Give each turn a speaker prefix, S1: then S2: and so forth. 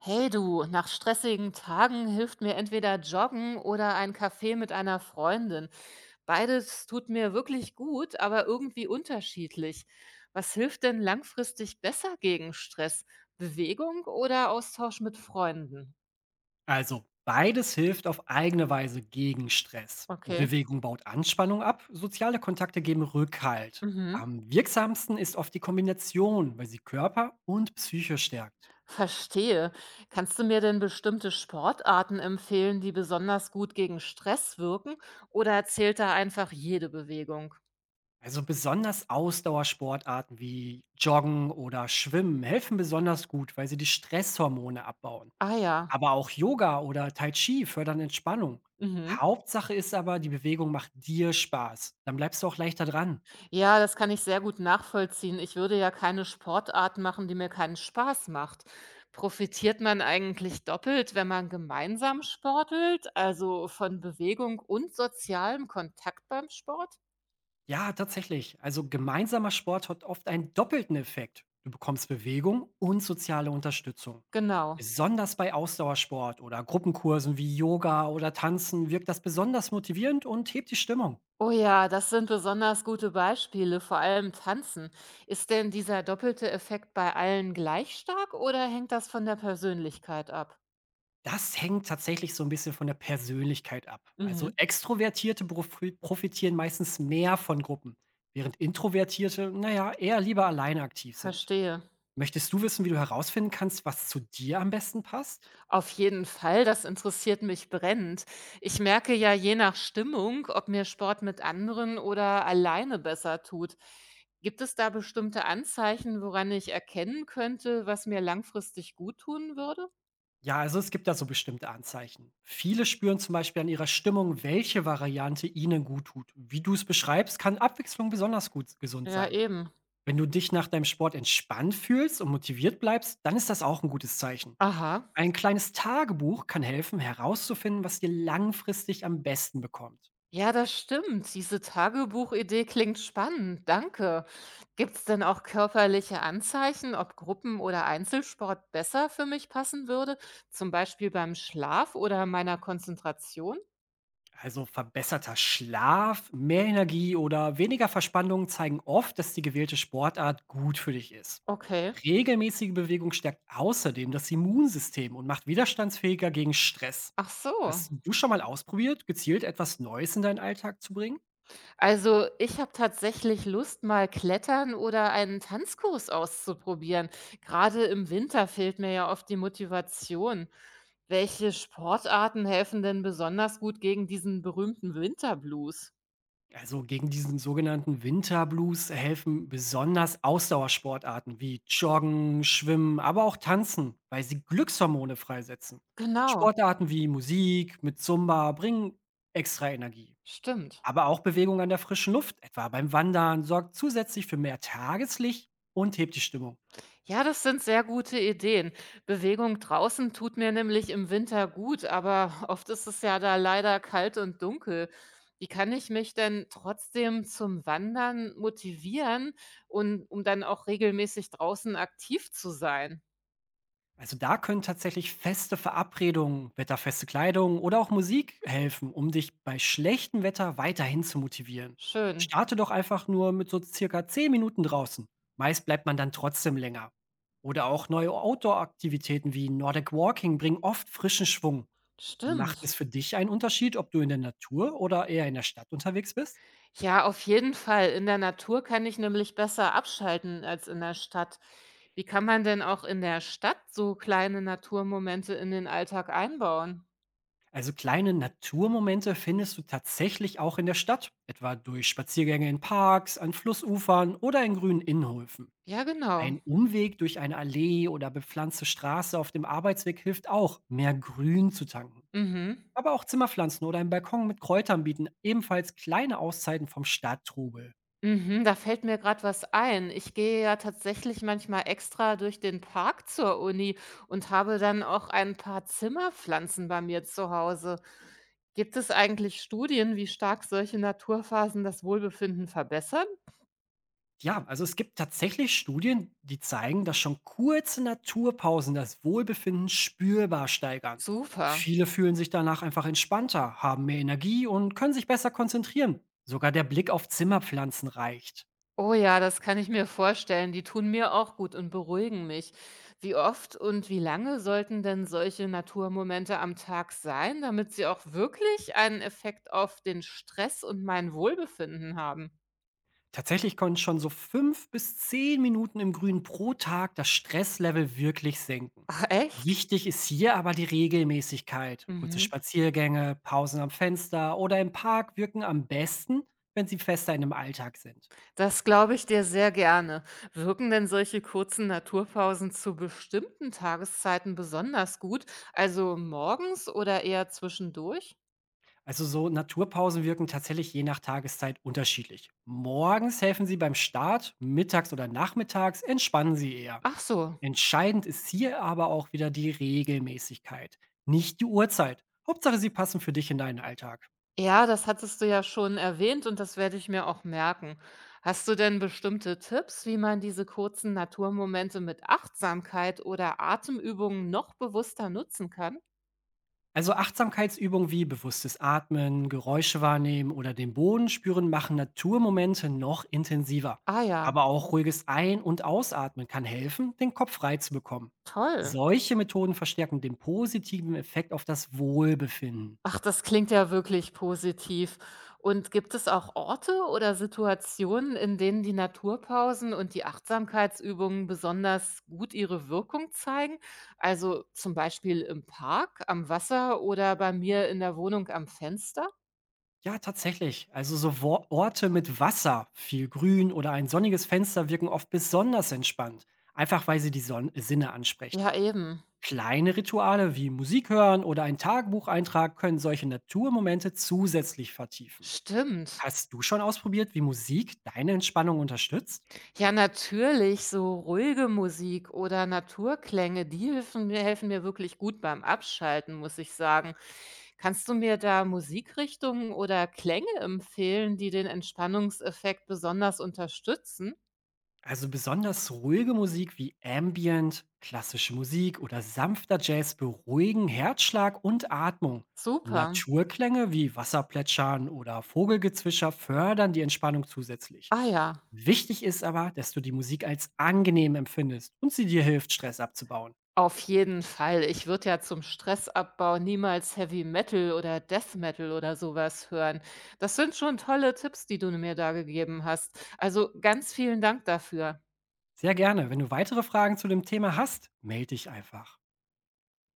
S1: Hey du, nach stressigen Tagen hilft mir entweder Joggen oder ein Kaffee mit einer Freundin. Beides tut mir wirklich gut, aber irgendwie unterschiedlich. Was hilft denn langfristig besser gegen Stress? Bewegung oder Austausch mit Freunden?
S2: Also beides hilft auf eigene Weise gegen Stress.
S1: Okay.
S2: Bewegung baut Anspannung ab, soziale Kontakte geben Rückhalt.
S1: Mhm.
S2: Am wirksamsten ist oft die Kombination, weil sie Körper und Psyche stärkt.
S1: Verstehe. Kannst du mir denn bestimmte Sportarten empfehlen, die besonders gut gegen Stress wirken? Oder zählt da einfach jede Bewegung?
S2: Also besonders Ausdauersportarten wie Joggen oder Schwimmen helfen besonders gut, weil sie die Stresshormone abbauen.
S1: Ah ja.
S2: Aber auch Yoga oder Tai Chi fördern Entspannung.
S1: Mhm.
S2: Hauptsache ist aber, die Bewegung macht dir Spaß. Dann bleibst du auch leichter dran.
S1: Ja, das kann ich sehr gut nachvollziehen. Ich würde ja keine Sportart machen, die mir keinen Spaß macht. Profitiert man eigentlich doppelt, wenn man gemeinsam sportelt, also von Bewegung und sozialem Kontakt beim Sport?
S2: Ja, tatsächlich. Also gemeinsamer Sport hat oft einen doppelten Effekt. Du bekommst Bewegung und soziale Unterstützung.
S1: Genau.
S2: Besonders bei Ausdauersport oder Gruppenkursen wie Yoga oder Tanzen wirkt das besonders motivierend und hebt die Stimmung.
S1: Oh ja, das sind besonders gute Beispiele, vor allem Tanzen. Ist denn dieser doppelte Effekt bei allen gleich stark oder hängt das von der Persönlichkeit ab?
S2: Das hängt tatsächlich so ein bisschen von der Persönlichkeit ab. Also
S1: Mhm.
S2: Extrovertierte profitieren meistens mehr von Gruppen, während Introvertierte, naja, eher lieber alleine aktiv sind.
S1: Verstehe.
S2: Möchtest du wissen, wie du herausfinden kannst, was zu dir am besten passt?
S1: Auf jeden Fall, das interessiert mich brennend. Ich merke ja je nach Stimmung, ob mir Sport mit anderen oder alleine besser tut. Gibt es da bestimmte Anzeichen, woran ich erkennen könnte, was mir langfristig gut tun würde?
S2: Ja, also es gibt da so bestimmte Anzeichen. Viele spüren zum Beispiel an ihrer Stimmung, welche Variante ihnen gut tut. Wie du es beschreibst, kann Abwechslung besonders gut gesund
S1: Ja,
S2: sein.
S1: eben.
S2: Wenn du dich nach deinem Sport entspannt fühlst und motiviert bleibst, dann ist das auch ein gutes Zeichen.
S1: Aha.
S2: Ein kleines Tagebuch kann helfen, herauszufinden, was dir langfristig am besten bekommt.
S1: Ja, das stimmt. Diese Tagebuchidee klingt spannend. Danke. Gibt es denn auch körperliche Anzeichen, ob Gruppen- oder Einzelsport besser für mich passen würde? Zum Beispiel beim Schlaf oder meiner Konzentration?
S2: Also verbesserter Schlaf, mehr Energie oder weniger Verspannungen zeigen oft, dass die gewählte Sportart gut für dich ist.
S1: Okay.
S2: Regelmäßige Bewegung stärkt außerdem das Immunsystem und macht widerstandsfähiger gegen Stress.
S1: Ach so.
S2: Hast du schon mal ausprobiert, gezielt etwas Neues in deinen Alltag zu bringen?
S1: Also, ich habe tatsächlich Lust, mal Klettern oder einen Tanzkurs auszuprobieren. Gerade im Winter fehlt mir ja oft die Motivation. Welche Sportarten helfen denn besonders gut gegen diesen berühmten Winterblues?
S2: Also gegen diesen sogenannten Winterblues helfen besonders Ausdauersportarten wie Joggen, Schwimmen, aber auch Tanzen, weil sie Glückshormone freisetzen.
S1: Genau,
S2: Sportarten wie Musik mit Zumba bringen extra Energie.
S1: stimmt.
S2: Aber auch Bewegung an der frischen Luft, etwa beim Wandern, sorgt zusätzlich für mehr Tageslicht und hebt die Stimmung.
S1: Ja, das sind sehr gute Ideen. Bewegung draußen tut mir nämlich im Winter gut, aber oft ist es ja da leider kalt und dunkel. Wie kann ich mich denn trotzdem zum Wandern motivieren und um dann auch regelmäßig draußen aktiv zu sein?
S2: Also da können tatsächlich feste Verabredungen, wetterfeste Kleidung oder auch Musik helfen, um dich bei schlechtem Wetter weiterhin zu motivieren.
S1: Schön.
S2: Starte doch einfach nur mit so circa 10 Minuten draußen. Meist bleibt man dann trotzdem länger. Oder auch neue Outdoor-Aktivitäten wie Nordic Walking bringen oft frischen Schwung. Macht
S1: Stimmt.
S2: es für dich einen Unterschied, ob du in der Natur oder eher in der Stadt unterwegs bist?
S1: Ja, auf jeden Fall. In der Natur kann ich nämlich besser abschalten als in der Stadt. Wie kann man denn auch in der Stadt so kleine Naturmomente in den Alltag einbauen?
S2: Also kleine Naturmomente findest du tatsächlich auch in der Stadt, etwa durch Spaziergänge in Parks, an Flussufern oder in grünen Innenhöfen.
S1: Ja, genau.
S2: Ein Umweg durch eine Allee oder bepflanzte Straße auf dem Arbeitsweg hilft auch, mehr Grün zu tanken.
S1: Mhm.
S2: Aber auch Zimmerpflanzen oder ein Balkon mit Kräutern bieten ebenfalls kleine Auszeiten vom Stadttrubel.
S1: Mhm, da fällt mir gerade was ein. Ich gehe ja tatsächlich manchmal extra durch den Park zur Uni und habe dann auch ein paar Zimmerpflanzen bei mir zu Hause. Gibt es eigentlich Studien, wie stark solche Naturphasen das Wohlbefinden verbessern?
S2: Ja, also es gibt tatsächlich Studien, die zeigen, dass schon kurze Naturpausen das Wohlbefinden spürbar steigern.
S1: Super.
S2: Viele fühlen sich danach einfach entspannter, haben mehr Energie und können sich besser konzentrieren. Sogar der Blick auf Zimmerpflanzen reicht.
S1: Oh ja, das kann ich mir vorstellen. Die tun mir auch gut und beruhigen mich. Wie oft und wie lange sollten denn solche Naturmomente am Tag sein, damit sie auch wirklich einen Effekt auf den Stress und mein Wohlbefinden haben?
S2: Tatsächlich können schon so 5 bis 10 Minuten im Grün pro Tag das Stresslevel wirklich senken.
S1: Ach, echt?
S2: Wichtig ist hier aber die Regelmäßigkeit. Kurze
S1: Mhm.
S2: Spaziergänge, Pausen am Fenster oder im Park wirken am besten, wenn sie fester in dem Alltag sind.
S1: Das glaube ich dir sehr gerne. Wirken denn solche kurzen Naturpausen zu bestimmten Tageszeiten besonders gut, also morgens oder eher zwischendurch?
S2: Also so Naturpausen wirken tatsächlich je nach Tageszeit unterschiedlich. Morgens helfen sie beim Start, mittags oder nachmittags entspannen sie eher.
S1: Ach so.
S2: Entscheidend ist hier aber auch wieder die Regelmäßigkeit, nicht die Uhrzeit. Hauptsache, sie passen für dich in deinen Alltag.
S1: Ja, das hattest du ja schon erwähnt und das werde ich mir auch merken. Hast du denn bestimmte Tipps, wie man diese kurzen Naturmomente mit Achtsamkeit oder Atemübungen noch bewusster nutzen kann?
S2: Also Achtsamkeitsübungen wie bewusstes Atmen, Geräusche wahrnehmen oder den Boden spüren machen Naturmomente noch intensiver.
S1: Ah ja,
S2: Aber auch ruhiges Ein- und Ausatmen kann helfen, den Kopf frei zu bekommen.
S1: toll.
S2: Solche Methoden verstärken den positiven Effekt auf das Wohlbefinden.
S1: Ach, das klingt ja wirklich positiv. Und gibt es auch Orte oder Situationen, in denen die Naturpausen und die Achtsamkeitsübungen besonders gut ihre Wirkung zeigen? Also zum Beispiel im Park, am Wasser oder bei mir in der Wohnung am Fenster?
S2: Ja, tatsächlich. Also so Orte mit Wasser, viel Grün oder ein sonniges Fenster wirken oft besonders entspannt, einfach weil sie die Sinne ansprechen.
S1: Ja, eben.
S2: Kleine Rituale wie Musik hören oder ein Tagebucheintrag können solche Naturmomente zusätzlich vertiefen.
S1: Stimmt.
S2: Hast du schon ausprobiert, wie Musik deine Entspannung unterstützt?
S1: Ja, natürlich, so ruhige Musik oder Naturklänge, die helfen mir wirklich gut beim Abschalten, muss ich sagen. Kannst du mir da Musikrichtungen oder Klänge empfehlen, die den Entspannungseffekt besonders unterstützen?
S2: Also besonders ruhige Musik wie Ambient, klassische Musik oder sanfter Jazz beruhigen Herzschlag und Atmung.
S1: Super.
S2: Naturklänge wie Wasserplätschern oder Vogelgezwischer fördern die Entspannung zusätzlich.
S1: Ah ja,
S2: Wichtig ist aber, dass du die Musik als angenehm empfindest und sie dir hilft, Stress abzubauen.
S1: auf jeden Fall. Ich würde ja zum Stressabbau niemals Heavy Metal oder Death Metal oder sowas hören. Das sind schon tolle Tipps, die du mir da gegeben hast. Also ganz vielen Dank dafür.
S2: Sehr gerne. Wenn du weitere Fragen zu dem Thema hast, melde dich einfach.